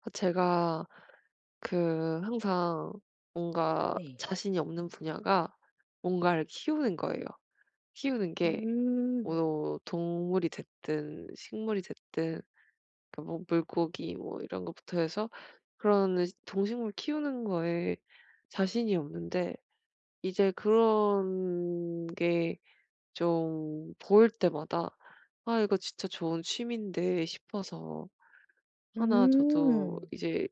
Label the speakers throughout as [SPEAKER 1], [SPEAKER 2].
[SPEAKER 1] 제가 항상 뭔가
[SPEAKER 2] 네.
[SPEAKER 1] 자신이 없는 분야가 뭔가를 키우는 거예요. 키우는 게
[SPEAKER 2] 음.
[SPEAKER 1] 뭐 동물이 됐든 식물이 됐든 그뭐 물고기 뭐 이런 것부터 해서 그런 동식물 키우는 거에 자신이 없는데 이제 그런 게 좀 보일 때마다 아 이거 진짜 좋은 취미인데 싶어서 하나 저도
[SPEAKER 2] 음.
[SPEAKER 1] 이제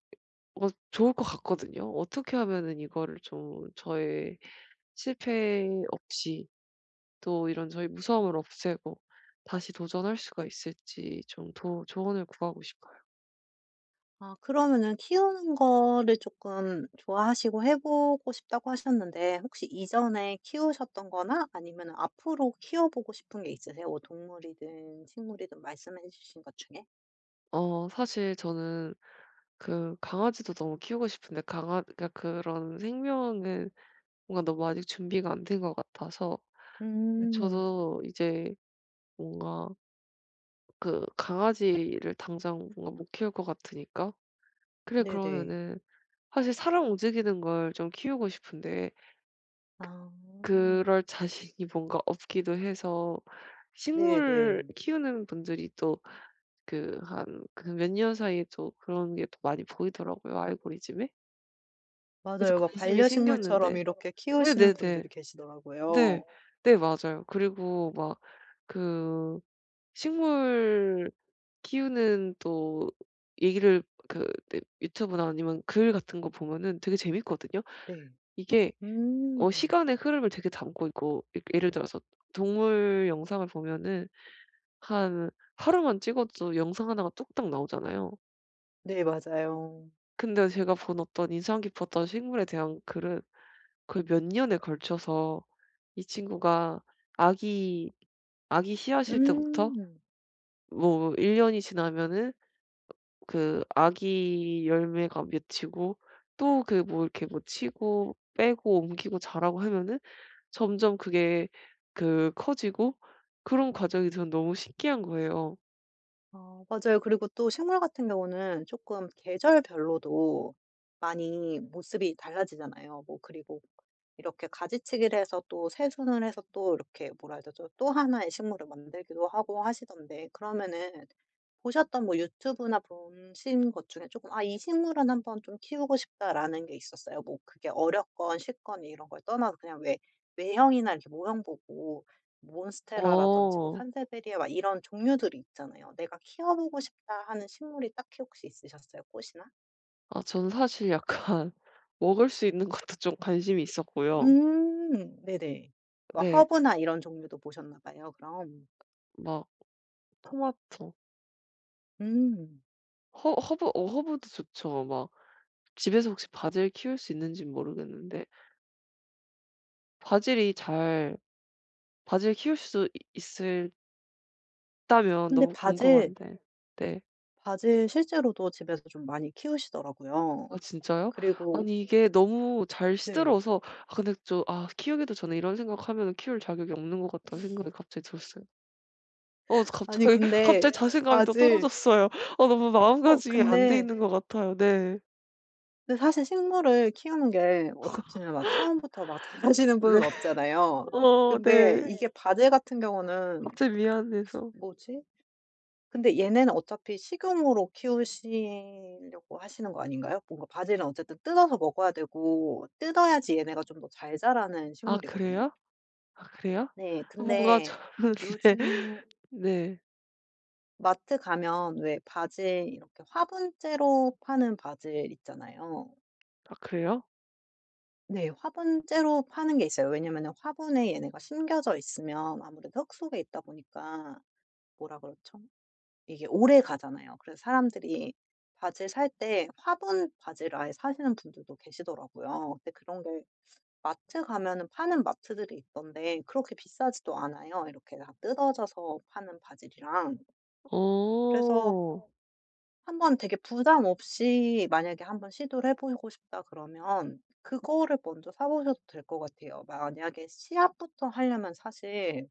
[SPEAKER 1] 좋을 것 같거든요. 어떻게 하면은 이거를 좀 저의 실패 없이 또 이런 저의 무서움을 없애고 다시 도전할 수가 있을지 좀 도 조언을 구하고 싶어요.
[SPEAKER 2] 아 그러면은 키우는 거를 조금 좋아하시고 해 보고 싶다고 하셨는데 혹시 이전에 키우셨던 거나 아니면 앞으로 키워 보고 싶은 게 있으세요? 뭐 동물이든 식물이든 말씀해 주신 것 중에?
[SPEAKER 1] 사실 저는 그 강아지도 너무 키우고 싶은데 강아 그러니까 그런 생명은 뭔가 너무 아직 준비가 안 된 것 같아서 근데
[SPEAKER 2] 음.
[SPEAKER 1] 저도 이제 뭔가 그 강아지를 당장 뭔가 못 키울 것 같으니까 '그래
[SPEAKER 2] 네네.
[SPEAKER 1] 그러면은 사실 사람 움직이는 걸 좀 키우고 싶은데
[SPEAKER 2] 아.
[SPEAKER 1] 그럴 자신이 뭔가 없기도 해서 식물
[SPEAKER 2] 네네.
[SPEAKER 1] 키우는 분들이 또 한 몇 년 사이에 또 그런 게 또 많이 보이더라고요, 알고리즘에. 그래서
[SPEAKER 2] 맞아요. 막
[SPEAKER 1] 관심이
[SPEAKER 2] 반려식물처럼
[SPEAKER 1] 생겼는데
[SPEAKER 2] 이렇게 키우시는
[SPEAKER 1] 네네네. 네.
[SPEAKER 2] 분들이
[SPEAKER 1] 네 네.
[SPEAKER 2] 계시더라고요.
[SPEAKER 1] 네, 맞아요. 그리고 막 그 식물 키우는 또 얘기를 네 유튜브나 아니면 글 같은 거 보면은 되게 재밌거든요.
[SPEAKER 2] 네.
[SPEAKER 1] 이게
[SPEAKER 2] 음.
[SPEAKER 1] 시간의 흐름을 되게 담고 있고 예를 들어서 동물 영상을 보면은 한 하루만 찍어도 영상 하나가 뚝딱 나오잖아요.
[SPEAKER 2] 네 맞아요.
[SPEAKER 1] 근데 제가 본 어떤 인상 깊었던 식물에 대한 글은 거의 몇 년에 걸쳐서 이 친구가 아기 아기 씨앗일 때부터
[SPEAKER 2] 음.
[SPEAKER 1] 뭐 1년 년이 지나면은 그 아기 열매가 맺히고 또 뭐 이렇게 뭐 치고 빼고 옮기고 자라고 하면은 점점 그게 커지고 그런 과정이 저는 너무 신기한 거예요.
[SPEAKER 2] 어 맞아요. 그리고 또 식물 같은 경우는 조금 계절별로도 많이 모습이 달라지잖아요. 뭐 그리고 이렇게 가지치기를 해서 또 세순을 해서 또 이렇게 뭐라 해야 되죠? 또 하나의 식물을 만들기도 하고 하시던데 그러면은 보셨던 뭐 유튜브나 보신 것 중에 조금 '아 이 식물은 한번 좀 키우고 싶다.'라는 게 있었어요? 뭐 그게 어렵건 쉽건 이런 걸 떠나서 그냥 왜 외형이나 이렇게 모형 보고 몬스테라라든지 뭐
[SPEAKER 1] 어.
[SPEAKER 2] 산세베리아 막 이런 종류들이 있잖아요. '내가 키워보고 싶다.' 하는 식물이 딱히 혹시 있으셨어요? 꽃이나?
[SPEAKER 1] 아 저는 사실 약간 먹을 수 있는 것도 좀 관심이 있었고요.
[SPEAKER 2] 네네. 뭐
[SPEAKER 1] 네.
[SPEAKER 2] 허브나 이런 종류도 보셨나 봐요 그럼.
[SPEAKER 1] 막 토마토,
[SPEAKER 2] 음.
[SPEAKER 1] 허 허브 어 허브도 좋죠. 막 집에서 혹시 바질 키울 수 있는진 모르겠는데 바질이 잘 바질 키울 수 있 있을 다면
[SPEAKER 2] 근데
[SPEAKER 1] 너무
[SPEAKER 2] 바질
[SPEAKER 1] 궁금한데. 네.
[SPEAKER 2] 바질 실제로도 집에서 좀 많이 키우시더라고요.
[SPEAKER 1] 아 진짜요?
[SPEAKER 2] 그리고
[SPEAKER 1] 아니 이게 너무 잘
[SPEAKER 2] 네.
[SPEAKER 1] 시들어서 아 근데 좀 '아 키우기도 전에 이런 생각하면은 키울 자격이 없는 것 같다.'는 생각이 갑자기 들었어요.
[SPEAKER 2] 아니
[SPEAKER 1] 갑자기
[SPEAKER 2] 근데
[SPEAKER 1] 갑자기 자신감이 또
[SPEAKER 2] 바질.
[SPEAKER 1] 떨어졌어요. 너무
[SPEAKER 2] 어
[SPEAKER 1] 마음가짐이 안 돼
[SPEAKER 2] 근데
[SPEAKER 1] 있는 것 같아요. 네.
[SPEAKER 2] 근데 사실 식물을 키우는 게 진짜 막 처음부터 막 잘하시는
[SPEAKER 1] 네.
[SPEAKER 2] 분은 없잖아요.
[SPEAKER 1] 어
[SPEAKER 2] 근데
[SPEAKER 1] 네.
[SPEAKER 2] 이게 바질 같은 경우는
[SPEAKER 1] 갑자기 미안해서.
[SPEAKER 2] 뭐지? 근데 얘네는 어차피 식용으로 키우시려고 하시는 거 아닌가요? 뭔가 바질은 어쨌든 뜯어서 먹어야 되고 뜯어야지 얘네가 좀 더 잘 자라는
[SPEAKER 1] 아
[SPEAKER 2] 식물이거든요.
[SPEAKER 1] 그래요? 아 그래요?
[SPEAKER 2] 네.
[SPEAKER 1] 뭔가
[SPEAKER 2] 근데
[SPEAKER 1] 저는
[SPEAKER 2] 요즘에
[SPEAKER 1] 네. 네.
[SPEAKER 2] 마트 가면 왜 바질 이렇게 화분째로 파는 바질 있잖아요.
[SPEAKER 1] 아 그래요?
[SPEAKER 2] 네. 화분째로 파는 게 있어요. 왜냐면 화분에 얘네가 심겨져 있으면 아무래도 흙 속에 있다 보니까 뭐라 그러죠? 이게 오래가잖아요. 그래서 사람들이 바지를 살 때 화분 바지를 아예 사시는 분들도 계시더라고요. 근데 그런 게 마트 가면은 파는 마트들이 있던데 그렇게 비싸지도 않아요. 이렇게 다 뜯어져서 파는 바지랑. 그래서
[SPEAKER 1] 어.
[SPEAKER 2] 한번 되게 부담 없이 만약에 한번 시도를 해 보고 싶다 그러면 그거를 먼저 사 보셔도 될 것 같아요. 만약에 시합부터 하려면 사실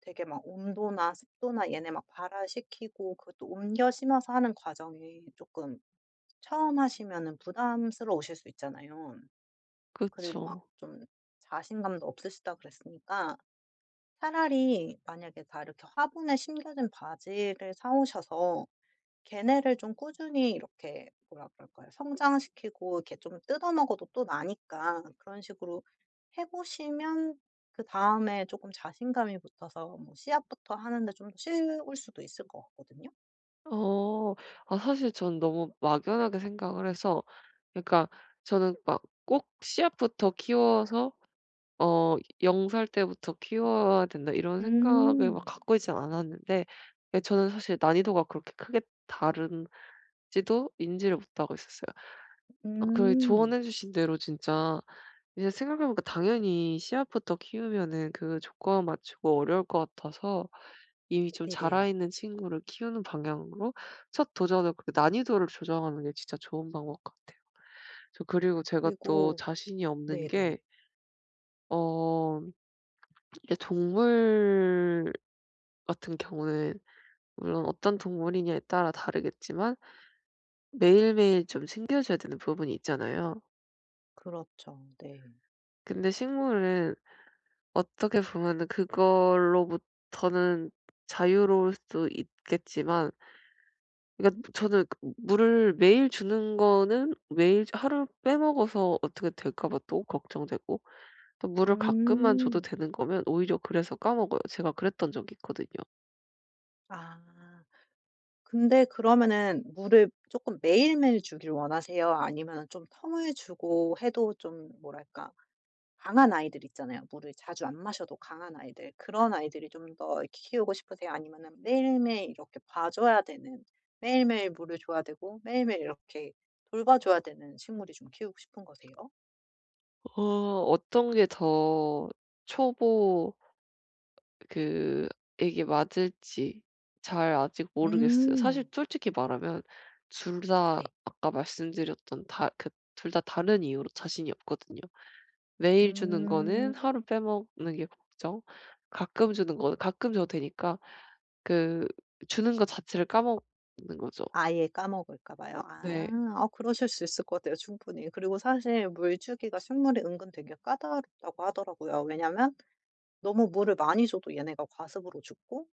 [SPEAKER 2] 되게 막 온도나 습도나 얘네 막 발화시키고 그것도 옮겨 심어서 하는 과정이 조금 처음 하시면은 부담스러우실 수 있잖아요. 그리고 막
[SPEAKER 1] 그쵸.
[SPEAKER 2] 좀 자신감도 없으시다 그랬으니까 차라리 만약에 다 이렇게 화분에 심겨진 바지를 사 오셔서 걔네를 좀 꾸준히 이렇게 뭐라 그럴까요? 성장시키고 이렇게 좀 뜯어먹어도 또 나니까 그런 식으로 해 보시면 그다음에 조금 자신감이 붙어서 뭐 씨앗부터 하는 데 좀 더 쉬울 수도 있을 것 같거든요.
[SPEAKER 1] 어. 아 사실 전 너무 막연하게 생각을 해서 그러니까 저는 막 꼭 씨앗부터 키워서 어 '0살 살 때부터 키워야 된다.' 이런 생각을 막
[SPEAKER 2] 음.
[SPEAKER 1] 갖고 있진 않았는데 예 저는 사실 난이도가 그렇게 크게 다른지도 인지를 못하고 있었어요.
[SPEAKER 2] 음.
[SPEAKER 1] 조언해 주신 대로 진짜 이제 생각해 보니까 당연히 씨앗부터 키우면은 그 조건 맞추고 어려울 것 같아서 이미 좀
[SPEAKER 2] 네네.
[SPEAKER 1] 자라있는 친구를 키우는 방향으로 첫 도전을 그 난이도를 조정하는 게 진짜 좋은 방법 같아요. 저 그리고 제가 또
[SPEAKER 2] 그리고
[SPEAKER 1] 자신이 없는
[SPEAKER 2] 네네.
[SPEAKER 1] 게 어 이제 동물 같은 경우는 물론 어떤 동물이냐에 따라 다르겠지만 매일매일 좀 챙겨줘야 되는 부분이 있잖아요.
[SPEAKER 2] 그렇죠. 네.
[SPEAKER 1] 근데 식물은 어떻게 보면은 그걸로부터는 자유로울 수 있겠지만 그러니까 저는 그 물을 매일 주는 거는 매일 하루 빼먹어서 어떻게 될까 봐 또 걱정되고 또 물을 가끔만 줘도
[SPEAKER 2] 음.
[SPEAKER 1] 되는 거면 오히려 그래서 까먹어요. 제가 그랬던 적이 있거든요.
[SPEAKER 2] 아. 근데 그러면은 물을 조금 매일매일 주길 원하세요? 아니면 좀 텀을 주고 해도 좀 뭐랄까, 강한 아이들 있잖아요. 물을 자주 안 마셔도 강한 아이들. 그런 아이들이 좀 더 키우고 싶으세요? 아니면은 매일매일 이렇게 봐 줘야 되는, 매일매일 물을 줘야 되고 매일매일 이렇게 돌봐 줘야 되는 식물이 좀 키우고 싶은 거세요?
[SPEAKER 1] 어 어떤 게 더 초보 그 에게 맞을지 잘 아직 모르겠어요. 사실
[SPEAKER 2] 음.
[SPEAKER 1] 솔직히 말하면 둘 다
[SPEAKER 2] 네.
[SPEAKER 1] 아까 말씀드렸던 다 그 둘 다 다른 이유로 자신이 없거든요. 매일 주는 거는
[SPEAKER 2] 음.
[SPEAKER 1] 하루 빼먹는 게 걱정, 가끔 주는 거는 가끔 줘도 되니까 그 주는 것 자체를 까먹는 거죠.
[SPEAKER 2] 아예 까먹을까 봐요.
[SPEAKER 1] 네.
[SPEAKER 2] 아. 어 그러실 수 있을 것 같아요, 충분히. 그리고 사실 물 주기가 식물이 은근 되게 까다롭다고 하더라고요. 왜냐면 너무 물을 많이 줘도 얘네가 과습으로 죽고,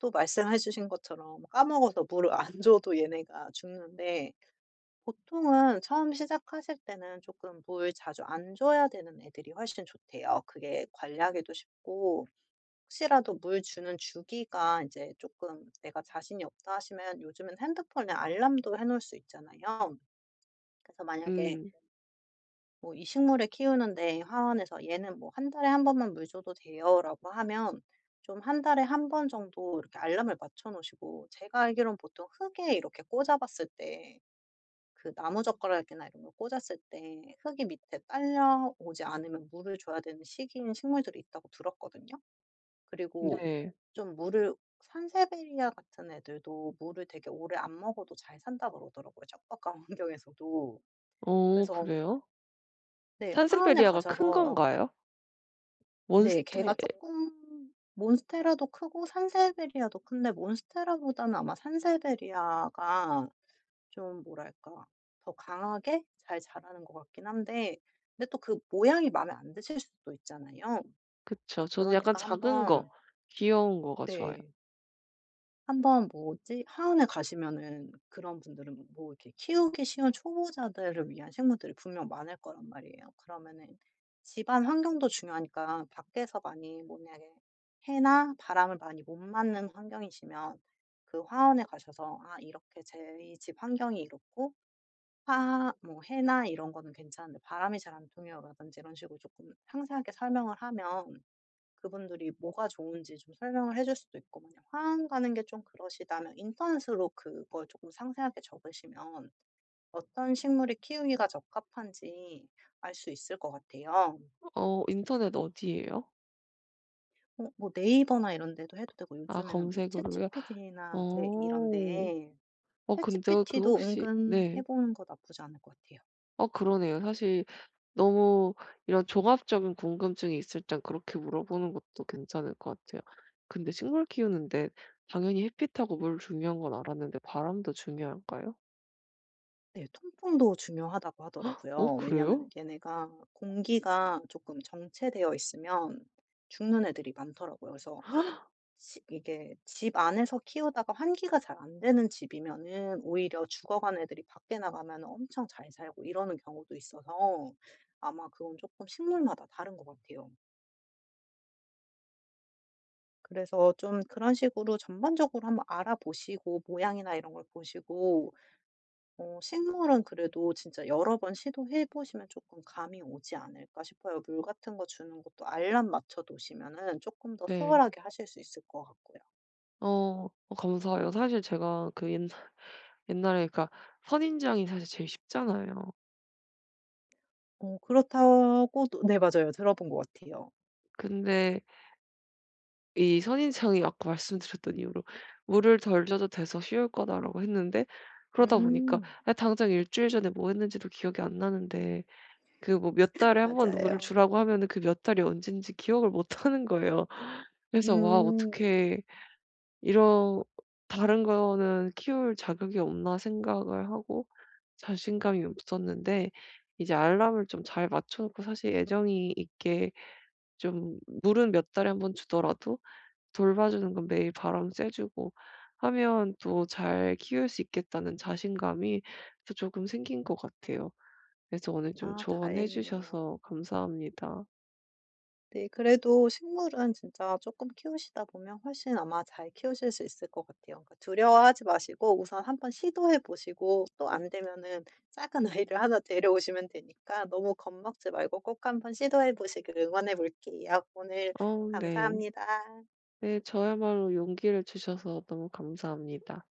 [SPEAKER 2] 또 말씀해 주신 것처럼 까먹어서 물을 안 줘도 얘네가 죽는데, 보통은 처음 시작하실 때는 조금 물 자주 안 줘야 되는 애들이 훨씬 좋대요. 그게 관리하기도 쉽고, 혹시라도 물 주는 주기가 이제 조금 내가 자신이 없다 하시면, 요즘은 핸드폰에 알람도 해 놓을 수 있잖아요. 그래서 만약에
[SPEAKER 1] 음.
[SPEAKER 2] 뭐 "이 식물을 키우는데 화원에서 얘는 뭐 한 달에 한 번만 물 줘도 돼요."라고 하면, 좀 한 달에 한 번 정도 이렇게 알람을 맞춰 놓으시고, 제가 알기로는 보통 흙에 이렇게 꽂아 봤을 때, 그 나무젓가락이나 이런 걸 꽂았을 때 흙이 밑에 딸려오지 않으면 물을 줘야 되는 시기인 식물들이 있다고 들었거든요. 그리고
[SPEAKER 1] 네.
[SPEAKER 2] 좀 물을, 산세베리아 같은 애들도 물을 되게 오래 안 먹어도 잘 산다 그러더라고요, 척박한 환경에서도.
[SPEAKER 1] 어
[SPEAKER 2] 그래서
[SPEAKER 1] 그래요?
[SPEAKER 2] 네 화원에
[SPEAKER 1] 산세베리아가 큰
[SPEAKER 2] 가셔서.
[SPEAKER 1] 건가요?
[SPEAKER 2] 네.
[SPEAKER 1] 원스테
[SPEAKER 2] 걔가 조금, 몬스테라도 크고 산세베리아도 큰데, 몬스테라보다는 아마 산세베리아가 좀 뭐랄까, 더 강하게 잘 자라는 것 같긴 한데, 근데 또 그 모양이 마음에 안 드실 수도 있잖아요.
[SPEAKER 1] 그쵸. 저는 약간
[SPEAKER 2] 그러니까
[SPEAKER 1] 작은 거,
[SPEAKER 2] 한번.
[SPEAKER 1] 귀여운 거가 좋아요.
[SPEAKER 2] 네. 한번 뭐지? 하원에 가시면은 그런 분들은 뭐 이렇게 키우기 쉬운 초보자들을 위한 식물들이 분명 많을 거란 말이에요. 그러면은 집안 환경도 중요하니까, 밖에서 많이 만약에 해나 바람을 많이 못 맞는 환경이시면, 그 화원에 가셔서 '아 이렇게 저희 집 환경이 이렇고, 화 뭐 해나 이런 거는 괜찮은데 바람이 잘 안 통해요.'라든지 이런 식으로 조금 상세하게 설명을 하면, 그분들이 뭐가 좋은지 좀 설명을 해줄 수도 있고, 만약 화학 가는 게 좀 그러시다면 인터넷으로 그걸 조금 상세하게 적으시면 어떤 식물이 키우기가 적합한지 알 수 있을 것 같아요.
[SPEAKER 1] 인터넷 어디예요?
[SPEAKER 2] 뭐 네이버나 이런 데도 해도 되고,
[SPEAKER 1] 아
[SPEAKER 2] 요즘에는 뭐
[SPEAKER 1] 검색으로요?
[SPEAKER 2] 챗GPT나, 네,
[SPEAKER 1] 어.
[SPEAKER 2] 이런 데에.
[SPEAKER 1] 근데
[SPEAKER 2] 챗GPT도
[SPEAKER 1] 혹시
[SPEAKER 2] 은근 해
[SPEAKER 1] 네.
[SPEAKER 2] 보는 거 나쁘지 않을 것 같아요.
[SPEAKER 1] 그러네요. 사실 너무 이런 종합적인 궁금증이 있을 땐 그렇게 물어보는 것도 괜찮을 것 같아요. 근데 식물 키우는데 당연히 햇빛하고 물 중요한 건 알았는데 바람도 중요할까요?
[SPEAKER 2] 네. 통풍도 중요하다고
[SPEAKER 1] 어
[SPEAKER 2] 하더라고요. 왜냐하면
[SPEAKER 1] 그래요?
[SPEAKER 2] 얘네가 공기가 조금 정체되어 있으면 죽는 애들이 많더라고요. 그래서 시 이게 집 안에서 키우다가 환기가 잘 안 되는 집이면은 오히려 죽어간 애들이 밖에 나가면 엄청 잘 살고 이러는 경우도 있어서 아마 그건 조금 식물마다 다른 것 같아요. 그래서 좀 그런 식으로 전반적으로 한번 알아보시고, 모양이나 이런 걸 보시고. 어 식물은 그래도 진짜 여러 번 시도해 보시면 조금 감이 오지 않을까 싶어요. 물 같은 거 주는 것도 알람 맞춰 놓으시면은 조금 더
[SPEAKER 1] 네.
[SPEAKER 2] 수월하게 하실 수 있을 것 같고요.
[SPEAKER 1] 어. 감사해요. 사실 제가 옛날 옛날에 그러니까 선인장이 사실 제일 쉽잖아요.
[SPEAKER 2] 어 그렇다고도, 네 맞아요. 들어본 것 같아요.
[SPEAKER 1] 근데 이 선인장이 아까 말씀드렸던 이유로 "물을 덜 줘도 돼서 쉬울 거다."라고 했는데 그러다 보니까
[SPEAKER 2] 음
[SPEAKER 1] 아 당장 일주일 전에 뭐 했는지도 기억이 안 나는데 뭐 몇 달에 한번
[SPEAKER 2] 맞아요.
[SPEAKER 1] 물을
[SPEAKER 2] 어.
[SPEAKER 1] 주라고 하면은 그 몇 달이 언젠지 기억을 못 하는 거예요. 그래서 '와
[SPEAKER 2] 음.
[SPEAKER 1] 어떻게 이런 '다른 거는 키울 자격이 없나.' 생각을 하고 자신감이 없었는데 이제 알람을 좀 잘 맞춰 놓고 사실 애정이 있게 좀 물은 몇 달에 한 번 주더라도 돌봐주는 건 매일 바람 쐬 주고 하면 또 잘 키울 수 있겠다는 자신감이 또 조금 생긴 것 같아요. 그래서 오늘 좀
[SPEAKER 2] 아
[SPEAKER 1] 조언해
[SPEAKER 2] 다행이네요.
[SPEAKER 1] 주셔서 감사합니다.
[SPEAKER 2] 네 그래도 식물은 진짜 쪼끔 키우시다 보면 훨씬 아마 잘 키우실 수 있을 것 같아요. 그러니까 두려워하지 마시고 우선 한 번 시도해 보시고, 또 안 되면은 작은 아이를 하나 데려오시면 되니까 너무 겁먹지 말고 꼭 한 번 시도해 보시길 응원해 볼게요. 오늘
[SPEAKER 1] 어 네.
[SPEAKER 2] 감사합니다.
[SPEAKER 1] 네 저야말로 용기를 주셔서 너무 감사합니다.